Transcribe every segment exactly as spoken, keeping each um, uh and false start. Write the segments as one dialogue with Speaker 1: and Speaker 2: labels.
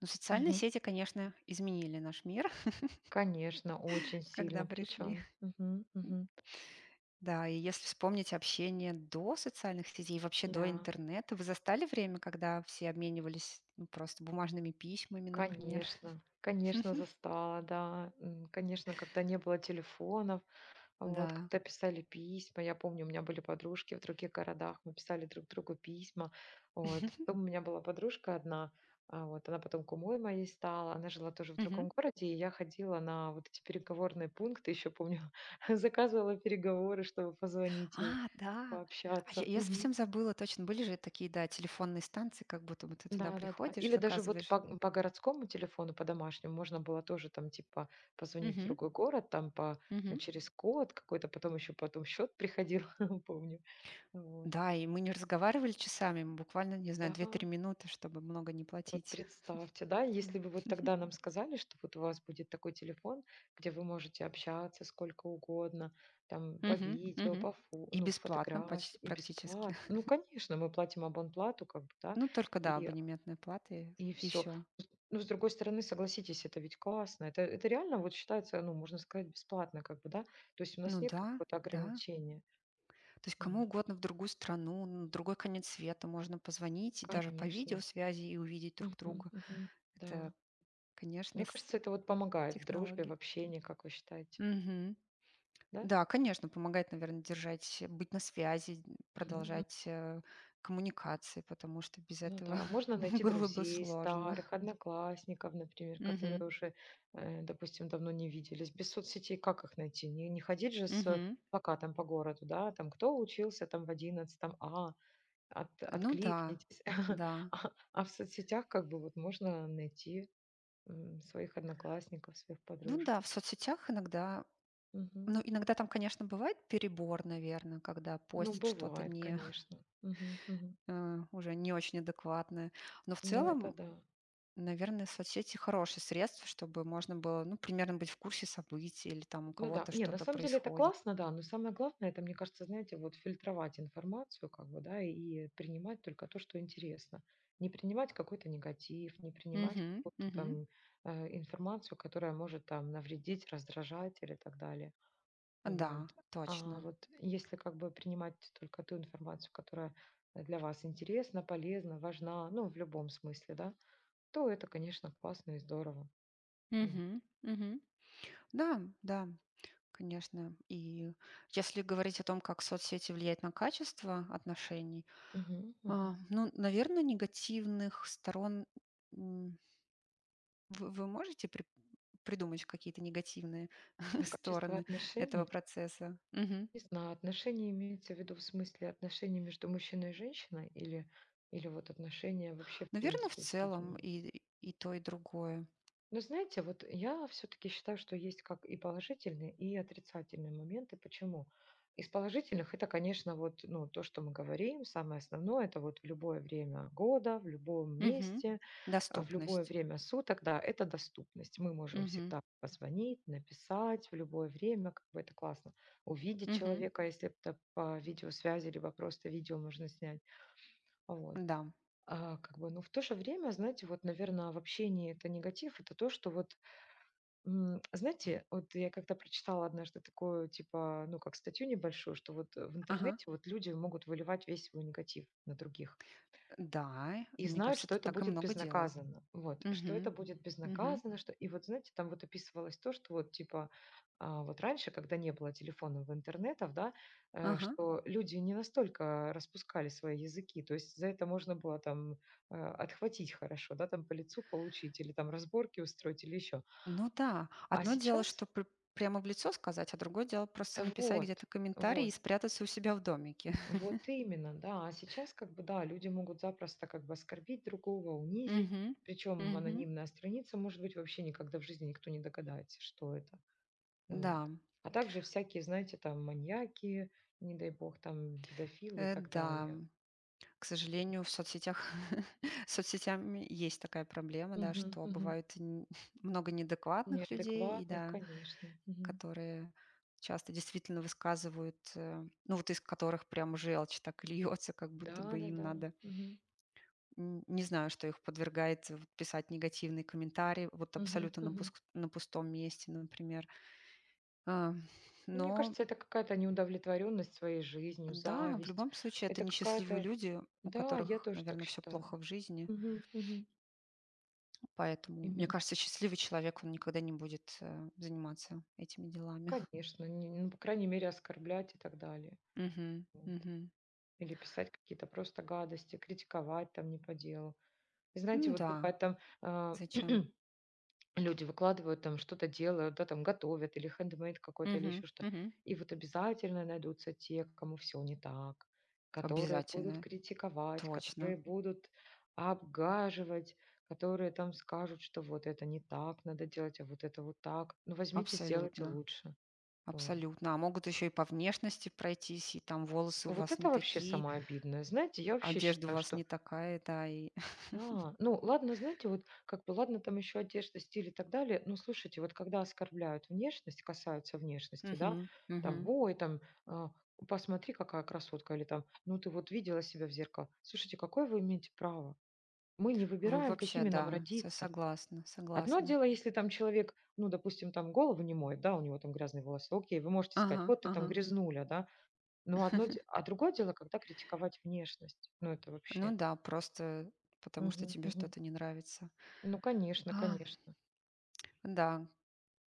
Speaker 1: Ну, социальные
Speaker 2: Мгм.
Speaker 1: сети, конечно, изменили наш мир,
Speaker 2: Конечно, очень
Speaker 1: когда
Speaker 2: сильно
Speaker 1: пришли.
Speaker 2: причем. Мгм, мгм.
Speaker 1: Да, и если вспомнить общение до социальных сетей и вообще до
Speaker 2: Да,
Speaker 1: интернета, вы застали время, когда все обменивались, ну, просто бумажными письмами, например?
Speaker 2: конечно, конечно, застала, да. М, Конечно, когда не было телефонов, вот,
Speaker 1: Да.
Speaker 2: когда писали письма. Я помню, у меня были подружки в других городах, мы писали друг другу письма. Вот. Потом у меня была подружка одна, а, вот, она потом кумой моей стала, она жила тоже в
Speaker 1: Мгм.
Speaker 2: другом городе, и я ходила на вот эти переговорные пункты, еще помню, заказывала переговоры, чтобы позвонить
Speaker 1: А,
Speaker 2: ей,
Speaker 1: да. А я,
Speaker 2: пообщаться.
Speaker 1: я совсем забыла, точно, были же такие, да, телефонные станции, как будто бы ты туда
Speaker 2: Да-да-да.
Speaker 1: приходишь,
Speaker 2: Или даже вот
Speaker 1: заказываешь.
Speaker 2: по по городскому телефону, по домашнему можно было тоже там типа позвонить в
Speaker 1: Мгм.
Speaker 2: другой город, там по э,
Speaker 1: Мгм.
Speaker 2: через код какой-то, потом еще потом счет приходил, помню. Вот.
Speaker 1: Да, и мы не разговаривали часами, мы буквально, не знаю,
Speaker 2: Да,
Speaker 1: две-три минуты, чтобы много не
Speaker 2: вот
Speaker 1: платить.
Speaker 2: представьте, да, если бы вот тогда нам сказали, что вот у вас будет такой телефон, где вы можете общаться сколько угодно, там по
Speaker 1: Мгм,
Speaker 2: видео,
Speaker 1: мгм.
Speaker 2: по фо
Speaker 1: И
Speaker 2: ну,
Speaker 1: бесплатно почти
Speaker 2: фотографии и
Speaker 1: практически.
Speaker 2: бесплатно. Ну, конечно, мы платим абонплату как бы, да,
Speaker 1: Ну, только, да,
Speaker 2: и
Speaker 1: абонементные платы
Speaker 2: и
Speaker 1: и
Speaker 2: все.
Speaker 1: все.
Speaker 2: Ну, с другой стороны, согласитесь, это ведь классно. Это, это реально вот считается, ну, можно сказать, бесплатно, как бы, да? То есть у
Speaker 1: Ну
Speaker 2: нас нет
Speaker 1: да,
Speaker 2: какого-то
Speaker 1: да.
Speaker 2: ограничения.
Speaker 1: То есть кому
Speaker 2: Вот.
Speaker 1: угодно в другую страну, на другой конец света можно позвонить и даже по
Speaker 2: Конечно.
Speaker 1: видеосвязи и увидеть друг
Speaker 2: Мгм,
Speaker 1: друга.
Speaker 2: мгм.
Speaker 1: Это,
Speaker 2: Да.
Speaker 1: конечно,
Speaker 2: Мне
Speaker 1: с
Speaker 2: кажется, это вот помогает в дружбе, в
Speaker 1: технологии.
Speaker 2: общении, как вы считаете,
Speaker 1: Мгм.
Speaker 2: да?
Speaker 1: Да, конечно, помогает, наверное, держать, э, быть на связи, н-
Speaker 2: Мгм, мгм.
Speaker 1: продолжать, э, коммуникации, потому что без
Speaker 2: Ну
Speaker 1: этого
Speaker 2: да, можно найти
Speaker 1: было бы
Speaker 2: друзей
Speaker 1: сложно.
Speaker 2: старых, одноклассников, например, которые
Speaker 1: Мгм,
Speaker 2: уже, э, допустим, давно не виделись. Без соцсетей как их найти? Не, не ходить же с
Speaker 1: мгм.
Speaker 2: плакатом по городу, да, там кто учился там в одиннадцатом? А, От
Speaker 1: Ну да,
Speaker 2: откликнитесь.
Speaker 1: да.
Speaker 2: А а в соцсетях как бы вот можно найти, м, своих одноклассников, своих
Speaker 1: Ну
Speaker 2: подружек.
Speaker 1: да, в соцсетях иногда,
Speaker 2: Мгм.
Speaker 1: ну, иногда там, конечно, бывает перебор, наверное, когда
Speaker 2: Ну,
Speaker 1: постят что-то
Speaker 2: бывает,
Speaker 1: не,
Speaker 2: конечно. Мгм, мгм.
Speaker 1: э, уже не очень адекватное. Но в
Speaker 2: Ну, это
Speaker 1: целом,
Speaker 2: да.
Speaker 1: наверное, соцсети — хорошее средство, чтобы можно было, ну, примерно быть в курсе событий или там у
Speaker 2: Ну да.
Speaker 1: кого-то
Speaker 2: Не, на
Speaker 1: что-то
Speaker 2: самом деле это
Speaker 1: происходит.
Speaker 2: классно, да, но самое главное, это, мне кажется, знаете, вот фильтровать информацию как бы, да, и принимать только то, что интересно. Не принимать какой-то негатив, не принимать
Speaker 1: Мгм,
Speaker 2: какую-то
Speaker 1: мгм.
Speaker 2: там, э, информацию, которая может там навредить, раздражать или так далее. Вот.
Speaker 1: Да,
Speaker 2: А
Speaker 1: точно.
Speaker 2: вот если как бы принимать только ту информацию, которая для вас интересна, полезна, важна, ну, в любом смысле, да, то это, конечно, классно и здорово. М.
Speaker 1: Мгм, мгм. Да, да, конечно. И если говорить о том, как соцсети влияют на качество отношений,
Speaker 2: Мгм,
Speaker 1: а,
Speaker 2: мгм.
Speaker 1: ну, наверное, негативных сторон, м, вы вы можете при придумать какие-то негативные
Speaker 2: На качество
Speaker 1: стороны этого
Speaker 2: отношений?
Speaker 1: процесса? Мгм.
Speaker 2: Не знаю, отношения имеется в виду в смысле отношений между мужчиной и женщиной или, или вот отношения вообще в
Speaker 1: Наверно, в
Speaker 2: принципе с
Speaker 1: целом
Speaker 2: людьми?
Speaker 1: и и то, и другое.
Speaker 2: Но знаете, вот я все-таки считаю, что есть как и положительные, и отрицательные моменты. Почему? Из положительных это, конечно, вот ну, то, что мы говорим, самое основное, это вот в любое время года, в любом
Speaker 1: Мгм.
Speaker 2: месте, э, в любое
Speaker 1: Доступность.
Speaker 2: время суток, да, это доступность. Мы можем
Speaker 1: Мгм.
Speaker 2: всегда позвонить, написать в любое время, как бы это классно. Увидеть
Speaker 1: Мгм.
Speaker 2: человека, если это по видеосвязи, либо просто видео можно снять. Вот.
Speaker 1: Да.
Speaker 2: А, как бы, ну, в то же время, знаете, вот, наверное, в общении это негатив, это то, что вот. М, знаете, вот я когда прочитала однажды такую, типа, ну, как статью небольшую, что вот э, в
Speaker 1: Ага.
Speaker 2: интернете вот люди могут выливать весь свой негатив на других
Speaker 1: Да, и
Speaker 2: и
Speaker 1: мне
Speaker 2: знают,
Speaker 1: кажется,
Speaker 2: что
Speaker 1: это
Speaker 2: это
Speaker 1: так и
Speaker 2: будет
Speaker 1: много делают.
Speaker 2: безнаказанно, вот, что это
Speaker 1: Мгм.
Speaker 2: будет
Speaker 1: Мгм.
Speaker 2: безнаказанно, что, и вот, знаете, там вот описывалось то, что вот, типа, а, вот раньше, когда не было телефонов, интернетов, да, э,
Speaker 1: Ага.
Speaker 2: что люди не настолько распускали свои языки, то есть за это можно было там э, отхватить хорошо, да, там по лицу получить или там разборки устроить или еще.
Speaker 1: Ну да,
Speaker 2: А
Speaker 1: одно дело,
Speaker 2: сейчас
Speaker 1: что пр прямо в лицо сказать, а другое дело — просто написать где-то
Speaker 2: вот,
Speaker 1: комментарий и
Speaker 2: вот,
Speaker 1: спрятаться у себя в домике.
Speaker 2: вот именно, да. А сейчас как бы, да, люди могут запросто как бы оскорбить другого, унизить.
Speaker 1: Мгм.
Speaker 2: Причем
Speaker 1: Мгм.
Speaker 2: анонимная страница, может быть, вообще никогда в жизни никто не догадается, что это.
Speaker 1: Да,
Speaker 2: Вот. А также всякие, знаете, там маньяки, не дай бог, там педофилы и
Speaker 1: э,
Speaker 2: так
Speaker 1: да.
Speaker 2: далее.
Speaker 1: К сожалению, в соцсетях с соцсетями есть такая проблема, да,
Speaker 2: Мгм,
Speaker 1: что
Speaker 2: мгм.
Speaker 1: бывает н много неадекватных людей и,
Speaker 2: Неадекватных,
Speaker 1: да,
Speaker 2: конечно. Мгм.
Speaker 1: которые часто действительно высказывают, э, ну, вот из которых прям желчь так и льется, как
Speaker 2: Да,
Speaker 1: будто бы
Speaker 2: да,
Speaker 1: им
Speaker 2: да.
Speaker 1: надо,
Speaker 2: Мгм,
Speaker 1: н не знаю, что их подвергает, э, вот, писать негативные комментарии, вот
Speaker 2: мгм,
Speaker 1: абсолютно на
Speaker 2: мгм.
Speaker 1: пуск на пустом месте, например. А,
Speaker 2: Ну, мне
Speaker 1: но,
Speaker 2: кажется, это какая-то неудовлетворенность своей жизнью,
Speaker 1: да, в
Speaker 2: зависть.
Speaker 1: любом случае это
Speaker 2: Это
Speaker 1: несчастливые
Speaker 2: какая-то.
Speaker 1: люди, у
Speaker 2: Да, я
Speaker 1: которых,
Speaker 2: тоже так
Speaker 1: наверное, все
Speaker 2: считаю.
Speaker 1: плохо в жизни.
Speaker 2: Мгм, мгм.
Speaker 1: Поэтому, мне
Speaker 2: Именно,
Speaker 1: кажется, счастливый человек, он никогда не будет, э, заниматься этими делами.
Speaker 2: конечно, не ну, по крайней мере, оскорблять и так далее.
Speaker 1: Мгм,
Speaker 2: Вот.
Speaker 1: мгм.
Speaker 2: Или писать какие-то просто гадости, критиковать там не по делу. И знаете,
Speaker 1: Ну
Speaker 2: вот
Speaker 1: да,
Speaker 2: бывает там, а,
Speaker 1: зачем?
Speaker 2: люди выкладывают там, что-то делают, да, там готовят или хендмейд какой-то, или
Speaker 1: Мгм,
Speaker 2: еще что.
Speaker 1: мгм.
Speaker 2: И вот обязательно найдутся те, кому все не так, которые будут
Speaker 1: Обязательно,
Speaker 2: критиковать,
Speaker 1: точно,
Speaker 2: которые будут обгаживать, которые там скажут, что вот это не так надо делать, а вот это вот так. Ну, возьмите, сделайте
Speaker 1: абсолютно,
Speaker 2: лучше. Вот.
Speaker 1: абсолютно. А могут еще и по внешности пройтись, и там волосы у
Speaker 2: Вот
Speaker 1: вас не
Speaker 2: это вообще
Speaker 1: такие,
Speaker 2: самое обидное. Знаете, я вообще
Speaker 1: одежда у
Speaker 2: считаю,
Speaker 1: вас
Speaker 2: что.
Speaker 1: не такая, да, и
Speaker 2: Да, ну ладно, знаете, вот как бы ладно там еще одежда, стиль и так далее, но слушайте, вот когда оскорбляют внешность, касаются внешности, да,
Speaker 1: Мгм,
Speaker 2: там,
Speaker 1: мгм.
Speaker 2: ой, там, а, посмотри, какая красотка, или там, ну ты вот видела себя в зеркало. Слушайте, какое вы имеете право? Мы не
Speaker 1: В
Speaker 2: выбираем,
Speaker 1: вообще,
Speaker 2: какими нам
Speaker 1: да, со
Speaker 2: родиться.
Speaker 1: согласна,
Speaker 2: Одно
Speaker 1: согласна.
Speaker 2: дело, если там человек, ну, допустим, там голову не моет, да, у него там грязные волосы, окей, вы можете сказать,
Speaker 1: Ага,
Speaker 2: вот ты там
Speaker 1: ага.
Speaker 2: грязнуля, да, но одно, де- а другое дело, когда критиковать внешность, ну, это вообще.
Speaker 1: Ну да, просто потому что
Speaker 2: Мгм,
Speaker 1: тебе
Speaker 2: мгм.
Speaker 1: что-то не нравится.
Speaker 2: Ну, конечно,
Speaker 1: А,
Speaker 2: конечно.
Speaker 1: да,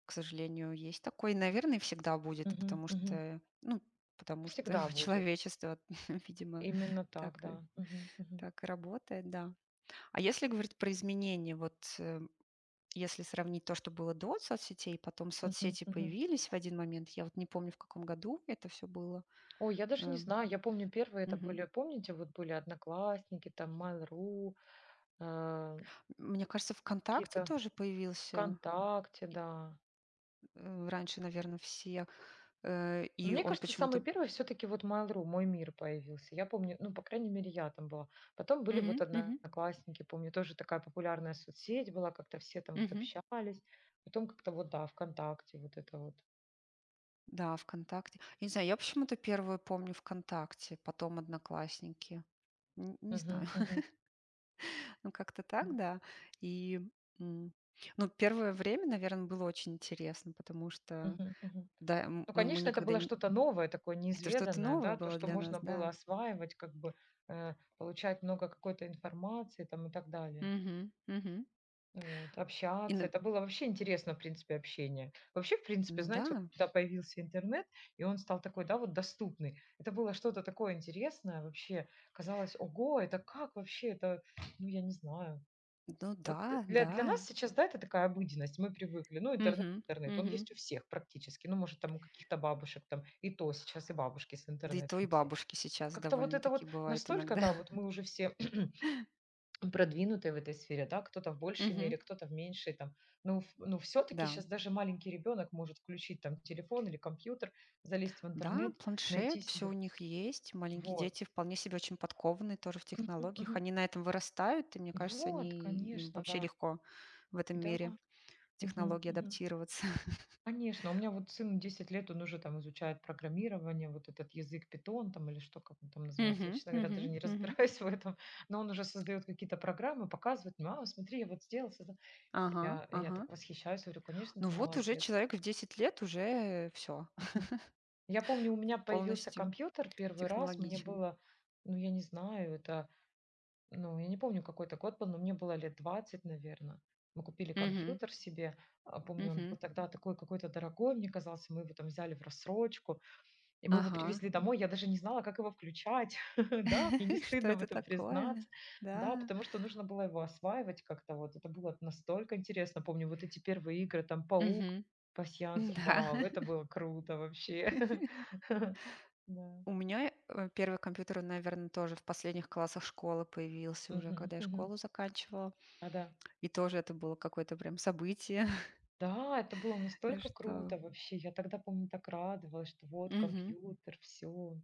Speaker 1: к сожалению, есть такой, наверное, всегда будет,
Speaker 2: Мгм,
Speaker 1: потому
Speaker 2: мгм.
Speaker 1: что, ну, потому что
Speaker 2: Всегда будет.
Speaker 1: человечество, видимо,
Speaker 2: Именно так,
Speaker 1: так и,
Speaker 2: да. Мгм, мгм,
Speaker 1: так и работает, да. А если говорить про изменения, вот, э, если сравнить то, что было до соцсетей, потом
Speaker 2: мгм,
Speaker 1: соцсети
Speaker 2: мгм.
Speaker 1: появились в один момент, я вот не помню, в каком году это все было.
Speaker 2: Ой, я даже не
Speaker 1: э,
Speaker 2: знаю, я помню, первые это
Speaker 1: мгм.
Speaker 2: были, помните, вот были Одноклассники, там Mail.ru, э,
Speaker 1: Мне кажется, ВКонтакте
Speaker 2: какие-то
Speaker 1: тоже появился,
Speaker 2: ВКонтакте, да.
Speaker 1: э, раньше, наверное, все. Э,
Speaker 2: Но
Speaker 1: и
Speaker 2: мне
Speaker 1: он
Speaker 2: кажется, самый
Speaker 1: почему-то...
Speaker 2: первый все-таки вот Mail.ru, мой мир появился. Я помню, ну, по крайней мере, я там была. Потом были
Speaker 1: Мгм,
Speaker 2: вот
Speaker 1: мгм,
Speaker 2: Одноклассники, помню, тоже такая популярная соцсеть была, как-то все там вот
Speaker 1: мгм.
Speaker 2: общались. Потом как-то вот, да, ВКонтакте вот это вот.
Speaker 1: Да, "ВКонтакте". Я не знаю, я почему-то первую помню "ВКонтакте", потом "Одноклассники". Н не
Speaker 2: Мгм,
Speaker 1: знаю,
Speaker 2: мгм,
Speaker 1: ну, как-то так,
Speaker 2: м,
Speaker 1: да. И, м, ну, первое время, наверное, было очень интересно, потому что,
Speaker 2: мгм, мгм.
Speaker 1: да, м,
Speaker 2: Ну,
Speaker 1: ну, мы
Speaker 2: конечно, это
Speaker 1: никогда
Speaker 2: было
Speaker 1: не
Speaker 2: что-то новое, такое
Speaker 1: это что-то
Speaker 2: неизведанное,
Speaker 1: новое
Speaker 2: да, то,
Speaker 1: было
Speaker 2: что
Speaker 1: для нас,
Speaker 2: можно было
Speaker 1: да.
Speaker 2: осваивать, как бы э, получать много какой-то информации там и так далее.
Speaker 1: Мгм, мгм.
Speaker 2: Вот,
Speaker 1: И
Speaker 2: общаться.
Speaker 1: на
Speaker 2: Это было вообще интересно, в принципе, общение. Вообще, в принципе,
Speaker 1: Ну
Speaker 2: знаете, вот
Speaker 1: да,
Speaker 2: когда появился интернет, и он стал такой, да, вот доступный. Это было что-то такое интересное вообще. Казалось, ого, это как вообще? Это, ну, я не знаю.
Speaker 1: ну
Speaker 2: Вот
Speaker 1: да,
Speaker 2: для
Speaker 1: да.
Speaker 2: для нас сейчас, да, это такая обыденность, мы привыкли. Ну, интернет
Speaker 1: Мгм,
Speaker 2: интернет, он
Speaker 1: мгм.
Speaker 2: есть у всех практически. Ну, может, там у каких-то бабушек там, и то сейчас и бабушки с
Speaker 1: Да, и то, и
Speaker 2: интернетом все.
Speaker 1: бабушки сейчас
Speaker 2: Как-то вот это
Speaker 1: довольно-таки
Speaker 2: вот
Speaker 1: бывает
Speaker 2: настолько,
Speaker 1: иногда.
Speaker 2: да, вот мы уже все продвинутые в этой сфере, да, кто-то в большей
Speaker 1: Мгм.
Speaker 2: мере, кто-то в меньшей там. Ну, ф- ну все-таки
Speaker 1: Да.
Speaker 2: сейчас даже маленький ребенок может включить там телефон или компьютер, залезть в
Speaker 1: Да,
Speaker 2: интернет, найти
Speaker 1: планшет, все у
Speaker 2: себе.
Speaker 1: них есть. Маленькие
Speaker 2: Вот.
Speaker 1: дети вполне себе очень подкованные тоже в
Speaker 2: Мгм,
Speaker 1: технологиях.
Speaker 2: мгм.
Speaker 1: Они на этом вырастают, и мне кажется,
Speaker 2: Вот,
Speaker 1: они им
Speaker 2: конечно,
Speaker 1: вообще
Speaker 2: да.
Speaker 1: легко в этом
Speaker 2: Да.
Speaker 1: мире
Speaker 2: Мгм,
Speaker 1: технологий
Speaker 2: мгм.
Speaker 1: адаптироваться.
Speaker 2: Конечно, у меня вот сыну десять лет, он уже там изучает программирование, вот этот язык Python там или что, как он там называется. Я,
Speaker 1: Мгм,
Speaker 2: честно говоря,
Speaker 1: мгм,
Speaker 2: даже не
Speaker 1: мгм.
Speaker 2: разбираюсь в этом, но он уже создает какие-то программы, показывает: «Мама, смотри, я вот сделал, создал».
Speaker 1: Ага,
Speaker 2: Я, я
Speaker 1: ага.
Speaker 2: так восхищаюсь, говорю: «Конечно,
Speaker 1: Ну
Speaker 2: ты
Speaker 1: вот уже
Speaker 2: молодец».
Speaker 1: человек в десять лет уже все
Speaker 2: Мгм. Я помню, у меня появился
Speaker 1: полностью
Speaker 2: компьютер первый раз, мне
Speaker 1: технологичен.
Speaker 2: было, ну, я не знаю, это, ну, я не помню, какой это год был, но мне было лет двадцать, наверное. Мы купили
Speaker 1: Мгм,
Speaker 2: компьютер себе, а, помню, он
Speaker 1: мгм.
Speaker 2: был тогда такой какой-то дорогой, мне казался, мы его там взяли в рассрочку. И мы его
Speaker 1: Ага.
Speaker 2: привезли домой, я даже не знала, как его включать, да, мне не
Speaker 1: Что
Speaker 2: стыдно в
Speaker 1: это
Speaker 2: этом
Speaker 1: такое?
Speaker 2: признаться, да,
Speaker 1: Да.
Speaker 2: потому что нужно было его осваивать как-то вот, это было настолько интересно, помню, вот эти первые игры, там, паук,
Speaker 1: Мгм.
Speaker 2: пасьянс,
Speaker 1: Да.
Speaker 2: вау, это было круто вообще, да.
Speaker 1: У меня, э, первый компьютер, наверное, тоже в последних классах школы появился уже,
Speaker 2: Мгм.
Speaker 1: когда я
Speaker 2: Мгм.
Speaker 1: школу заканчивала.
Speaker 2: Да-да.
Speaker 1: И тоже это было какое-то прям событие,
Speaker 2: Да, это было настолько
Speaker 1: что...
Speaker 2: круто вообще. Я тогда, помню, так радовалась, что вот
Speaker 1: Мгм.
Speaker 2: компьютер, все.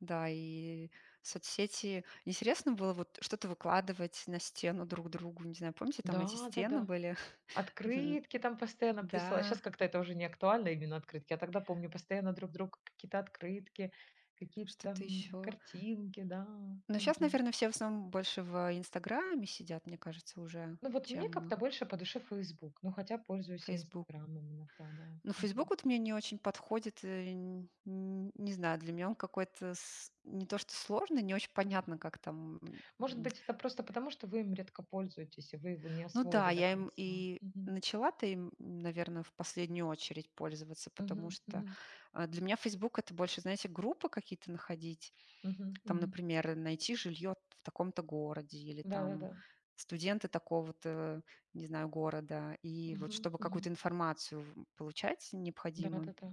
Speaker 1: Да, и соцсети — интересно было вот что-то выкладывать на стену друг другу. Не знаю, помните, там эти
Speaker 2: Да, да,
Speaker 1: стены
Speaker 2: да.
Speaker 1: были? Мгм.
Speaker 2: Открытки там постоянно присылали. Сейчас
Speaker 1: Да,
Speaker 2: как-то это уже не актуально, именно открытки. А тогда, помню, постоянно друг другу какие-то открытки, какие-то
Speaker 1: что-то
Speaker 2: там
Speaker 1: еще.
Speaker 2: картинки, да.
Speaker 1: Но сейчас,
Speaker 2: Мгм.
Speaker 1: наверное, все в основном больше в "Инстаграме" сидят, мне кажется, уже,
Speaker 2: Ну, вот мне
Speaker 1: чем
Speaker 2: как-то больше по душе «Фейсбук», ну, хотя пользуюсь и
Speaker 1: "Фейсбук".
Speaker 2: «Инстаграмом» иногда, да.
Speaker 1: Ну, Facebook
Speaker 2: Мгм.
Speaker 1: вот мне не очень подходит, э, н н не знаю, для меня он какой-то, с не то что сложный, не очень понятно, как там,
Speaker 2: Может
Speaker 1: м.
Speaker 2: быть, это просто потому, что вы им редко пользуетесь, и вы его не
Speaker 1: Ну да,
Speaker 2: освоили до
Speaker 1: я им
Speaker 2: конца.
Speaker 1: и
Speaker 2: Мгм.
Speaker 1: начала-то им, наверное, в последнюю очередь пользоваться, потому
Speaker 2: Мгм.
Speaker 1: что,
Speaker 2: Мгм.
Speaker 1: а, для меня Facebook — это больше, знаете, группы какие-то находить.
Speaker 2: Мгм.
Speaker 1: Там,
Speaker 2: Мгм.
Speaker 1: например, найти жилье в таком-то городе или там
Speaker 2: Да-да-да.
Speaker 1: студенты такого-то, не знаю, города. И вот
Speaker 2: Мгм.
Speaker 1: чтобы какую-то
Speaker 2: Мгм.
Speaker 1: информацию в получать необходимую.
Speaker 2: Да-да-да.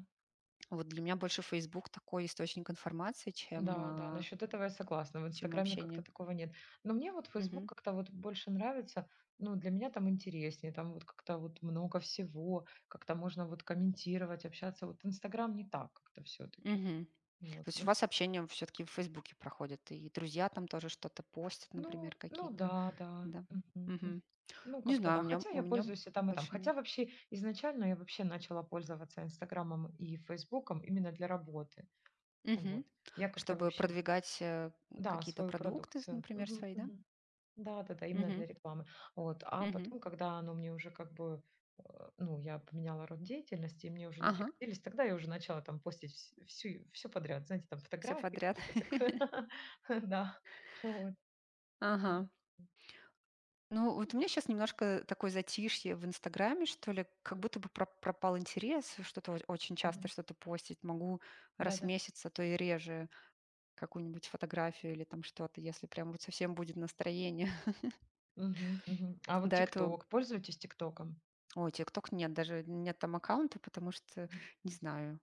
Speaker 1: Вот для меня больше Facebook — такой источник информации, чем,
Speaker 2: Да, да,
Speaker 1: а,
Speaker 2: насчет этого я согласна. В
Speaker 1: чем
Speaker 2: «Инстаграме»
Speaker 1: общение.
Speaker 2: как-то такого нет. Но мне вот «Фейсбук»
Speaker 1: Мгм.
Speaker 2: как-то вот больше нравится. Ну, для меня там интереснее, там вот как-то вот много всего, как-то можно вот комментировать, общаться. Вот «Инстаграм» не так как-то все таки.
Speaker 1: Мгм. То
Speaker 2: Вот.
Speaker 1: есть
Speaker 2: В
Speaker 1: у
Speaker 2: инст
Speaker 1: вас общение все таки в "Фейсбуке" проходит, и друзья там тоже что-то постят,
Speaker 2: ну
Speaker 1: например,
Speaker 2: ну
Speaker 1: какие-то,
Speaker 2: да, да.
Speaker 1: да?
Speaker 2: Мгм, м.
Speaker 1: Мгм.
Speaker 2: Ну,
Speaker 1: Не
Speaker 2: как-то
Speaker 1: знаю,
Speaker 2: да.
Speaker 1: у меня
Speaker 2: Хотя
Speaker 1: у
Speaker 2: я
Speaker 1: меня
Speaker 2: пользуюсь и там, и там.
Speaker 1: больше н
Speaker 2: Хотя вообще изначально я вообще начала пользоваться «Инстаграмом» и «Фейсбуком» именно для работы.
Speaker 1: Мгм.
Speaker 2: Вот. Я как-то
Speaker 1: Чтобы
Speaker 2: вообще
Speaker 1: продвигать, э,
Speaker 2: да,
Speaker 1: какие-то
Speaker 2: свою
Speaker 1: продукты,
Speaker 2: продукцию.
Speaker 1: например,
Speaker 2: Мгм,
Speaker 1: свои, да?
Speaker 2: мгм. Да-да-да, именно
Speaker 1: Мгм.
Speaker 2: для рекламы. Вот. А
Speaker 1: Мгм.
Speaker 2: потом, когда оно мне уже как бы, э, ну, я поменяла род деятельности, и мне уже не
Speaker 1: Ага.
Speaker 2: пригодились, тогда я уже начала там постить вс- всю, все подряд, знаете, там
Speaker 1: Все
Speaker 2: фотографии
Speaker 1: подряд.
Speaker 2: какие-то такое. Да, вот.
Speaker 1: Ага.
Speaker 2: М,
Speaker 1: Ну, вот у меня сейчас немножко такое затишье в Инстаграме, что ли, как будто бы проп- пропал интерес, что-то о- очень часто
Speaker 2: мгм.
Speaker 1: что-то постить, могу раз в
Speaker 2: Да-да.
Speaker 1: месяц, а то и реже какую-нибудь фотографию или там что-то, если прям вот совсем будет настроение.
Speaker 2: Мгм, мгм. А вот
Speaker 1: До этого,
Speaker 2: ТикТок, пользуетесь ТикТоком?
Speaker 1: ой, ТикТок — нет, даже нет там аккаунта, потому что, не знаю,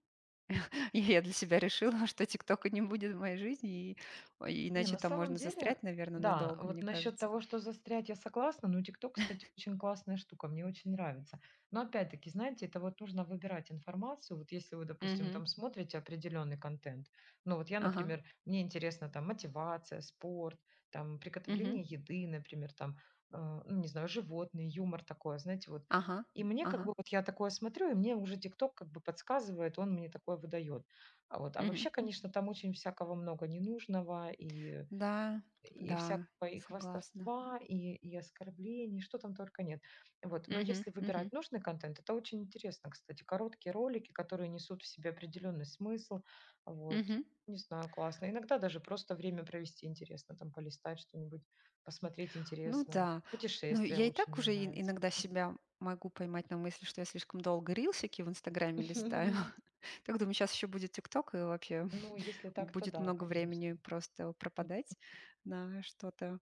Speaker 1: я для себя решила, что ТикТока не будет в моей жизни, и, ой,
Speaker 2: Не,
Speaker 1: иначе
Speaker 2: на
Speaker 1: там
Speaker 2: самом
Speaker 1: можно
Speaker 2: деле,
Speaker 1: застрять, наверное,
Speaker 2: да,
Speaker 1: надолго,
Speaker 2: вот
Speaker 1: мне
Speaker 2: насчет
Speaker 1: кажется.
Speaker 2: того, что застрять, я согласна. Но «Тикток», кстати, очень классная штука, мне очень нравится. Но опять-таки, знаете, это вот нужно выбирать информацию. Вот если вы, допустим,
Speaker 1: Мгм.
Speaker 2: там смотрите определенный контент. Ну вот я,
Speaker 1: Ага.
Speaker 2: например, мне интересно там мотивация, спорт, там
Speaker 1: Мгм.
Speaker 2: приготовление еды, например, там, э, ну, не знаю, животные, юмор такое, знаете, вот.
Speaker 1: Ага.
Speaker 2: И мне как
Speaker 1: Ага.
Speaker 2: бы вот я такое смотрю, и мне уже «Тикток» как бы подсказывает, он мне такое выдает. А вот, а
Speaker 1: Мгм.
Speaker 2: вообще, конечно, там очень всякого много ненужного, и,
Speaker 1: Да,
Speaker 2: и
Speaker 1: да,
Speaker 2: всякого и
Speaker 1: согласна.
Speaker 2: хвастовства, и, и оскорблений, что там только нет. Вот. Но
Speaker 1: Мгм,
Speaker 2: если выбирать
Speaker 1: мгм,
Speaker 2: нужный контент, это очень интересно, кстати. Короткие ролики, которые несут в себе определенный смысл. Вот.
Speaker 1: мгм.
Speaker 2: Не знаю, классно. Иногда даже просто время провести интересно, там полистать что-нибудь, посмотреть
Speaker 1: Ну
Speaker 2: интересное.
Speaker 1: да. Ну,
Speaker 2: Путешествия
Speaker 1: я и
Speaker 2: очень
Speaker 1: так
Speaker 2: мне
Speaker 1: уже и-
Speaker 2: нравятся.
Speaker 1: иногда
Speaker 2: Мгм.
Speaker 1: себя могу поймать на мысли, что я слишком долго рилсики в Инстаграме листаю. Так думаю, сейчас еще будет ТикТок, и вообще
Speaker 2: Ну, если так, то
Speaker 1: будет
Speaker 2: да,
Speaker 1: много
Speaker 2: конечно.
Speaker 1: времени просто пропадать на что-то,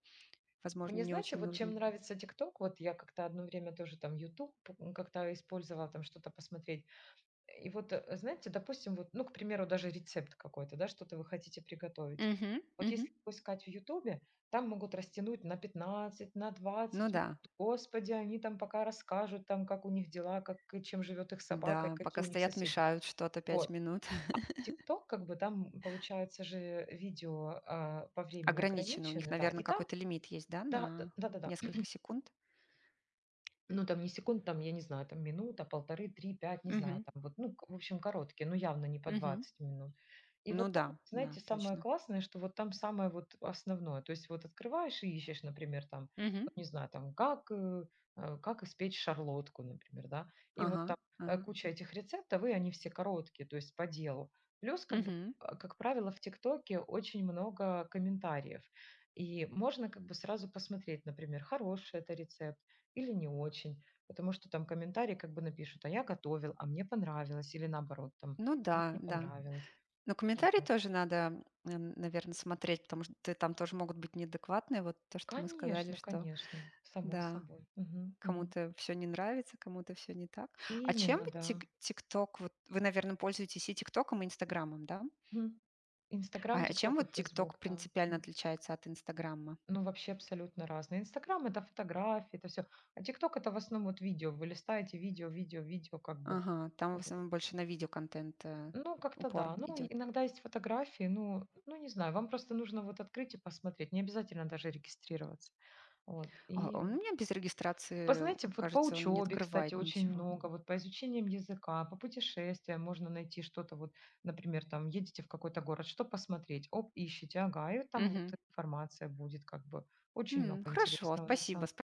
Speaker 1: возможно,
Speaker 2: Мне
Speaker 1: не
Speaker 2: знаете,
Speaker 1: очень
Speaker 2: вот
Speaker 1: нужное.
Speaker 2: чем нравится «ТикТок», вот я как-то одно время тоже там «Ютуб» м, как-то использовала, там что-то посмотреть. И вот, э, знаете, допустим, вот, ну, к примеру, даже рецепт какой-то, да, что-то вы хотите приготовить.
Speaker 1: Мгм,
Speaker 2: Вот
Speaker 1: мгм.
Speaker 2: если поискать в «Ютубе», там могут растянуть на пятнадцать, на
Speaker 1: Ну
Speaker 2: двадцать минут.
Speaker 1: да,
Speaker 2: Господи, они там пока расскажут, там, как у них дела, как и чем живет их собака, и
Speaker 1: да, пока
Speaker 2: какие у них
Speaker 1: стоят,
Speaker 2: соседи.
Speaker 1: мешают что-то пять
Speaker 2: Вот.
Speaker 1: минут.
Speaker 2: «ТикТок», как бы там, получается же, видео, а, по времени
Speaker 1: Ограничено. У них,
Speaker 2: ограничены, да, и
Speaker 1: наверное,
Speaker 2: там
Speaker 1: какой-то лимит есть, да,
Speaker 2: да, д
Speaker 1: на
Speaker 2: да-да-да.
Speaker 1: несколько секунд.
Speaker 2: Ну, там не секунд, там, я не знаю, там минута, полторы три пять не знаю,
Speaker 1: Мгм,
Speaker 2: там вот, ну, к в общем, короткие, но явно не по
Speaker 1: мгм.
Speaker 2: двадцать минут. И
Speaker 1: Ну
Speaker 2: вот там,
Speaker 1: да, да,
Speaker 2: знаете, самое
Speaker 1: точно.
Speaker 2: классное, что вот там самое вот основное. То есть вот открываешь и ищешь, например, там,
Speaker 1: Мгм.
Speaker 2: вот не знаю, там, как, э, э, как испечь шарлотку, например, да. И вот
Speaker 1: Ага,
Speaker 2: там э,
Speaker 1: ага.
Speaker 2: куча этих рецептов, и они все короткие, то есть по делу. Плюс, как бы,
Speaker 1: Мгм.
Speaker 2: а, как правило, в ТикТоке очень много комментариев. И можно как бы сразу посмотреть, например, хороший это рецепт, или не очень, потому что там комментарии как бы напишут: «А я готовил, а мне понравилось». Или наоборот там:
Speaker 1: Ну
Speaker 2: «Мне
Speaker 1: да,
Speaker 2: не
Speaker 1: да.
Speaker 2: понравилось».
Speaker 1: Но
Speaker 2: Ну
Speaker 1: комментарии
Speaker 2: вот.
Speaker 1: тоже надо, наверное, смотреть, потому что ты там тоже могут быть неадекватные. Вот то, что мы сказали,
Speaker 2: Конечно,
Speaker 1: что
Speaker 2: конечно, само
Speaker 1: да,
Speaker 2: собой. Мгм, мгм.
Speaker 1: кому-то все не нравится, кому-то все не так. А чем
Speaker 2: Именно,
Speaker 1: вот
Speaker 2: да.
Speaker 1: тик- ТикТок, вот вы, наверное, пользуетесь и ТикТоком, и Инстаграмом, да?
Speaker 2: Мгм.
Speaker 1: А
Speaker 2: Инстаграм,
Speaker 1: а чем
Speaker 2: тикток и
Speaker 1: вот ТикТок
Speaker 2: фейсбук, да.
Speaker 1: принципиально
Speaker 2: Мгм.
Speaker 1: отличается от Инстаграма?
Speaker 2: Ну, вообще абсолютно разные. Инстаграм — это фотографии, это все. А тикток — это в основном вот видео. Вы листаете видео, видео, видео как бы.
Speaker 1: Ага, там в основном больше на видеоконтент, э,
Speaker 2: Ну, как-то
Speaker 1: упор
Speaker 2: да. Ну,
Speaker 1: идет.
Speaker 2: и иногда есть фотографии, ну, ну, не знаю, вам просто нужно вот открыть и посмотреть, не обязательно даже регистрироваться. Вот.
Speaker 1: А,
Speaker 2: И
Speaker 1: он у меня без
Speaker 2: по,
Speaker 1: регистрации,
Speaker 2: знаете, вот по
Speaker 1: кажется, он не
Speaker 2: учебе, кстати,
Speaker 1: открывает
Speaker 2: очень
Speaker 1: ничего.
Speaker 2: много, вот по изучениям языка, по путешествиям можно найти что-то, вот, например, там, едете в какой-то город, что посмотреть, оп, ищете, ага, и там
Speaker 1: Мгм.
Speaker 2: вот информация будет, как бы, очень много
Speaker 1: М, хорошо,
Speaker 2: интересного на
Speaker 1: спасибо.
Speaker 2: самом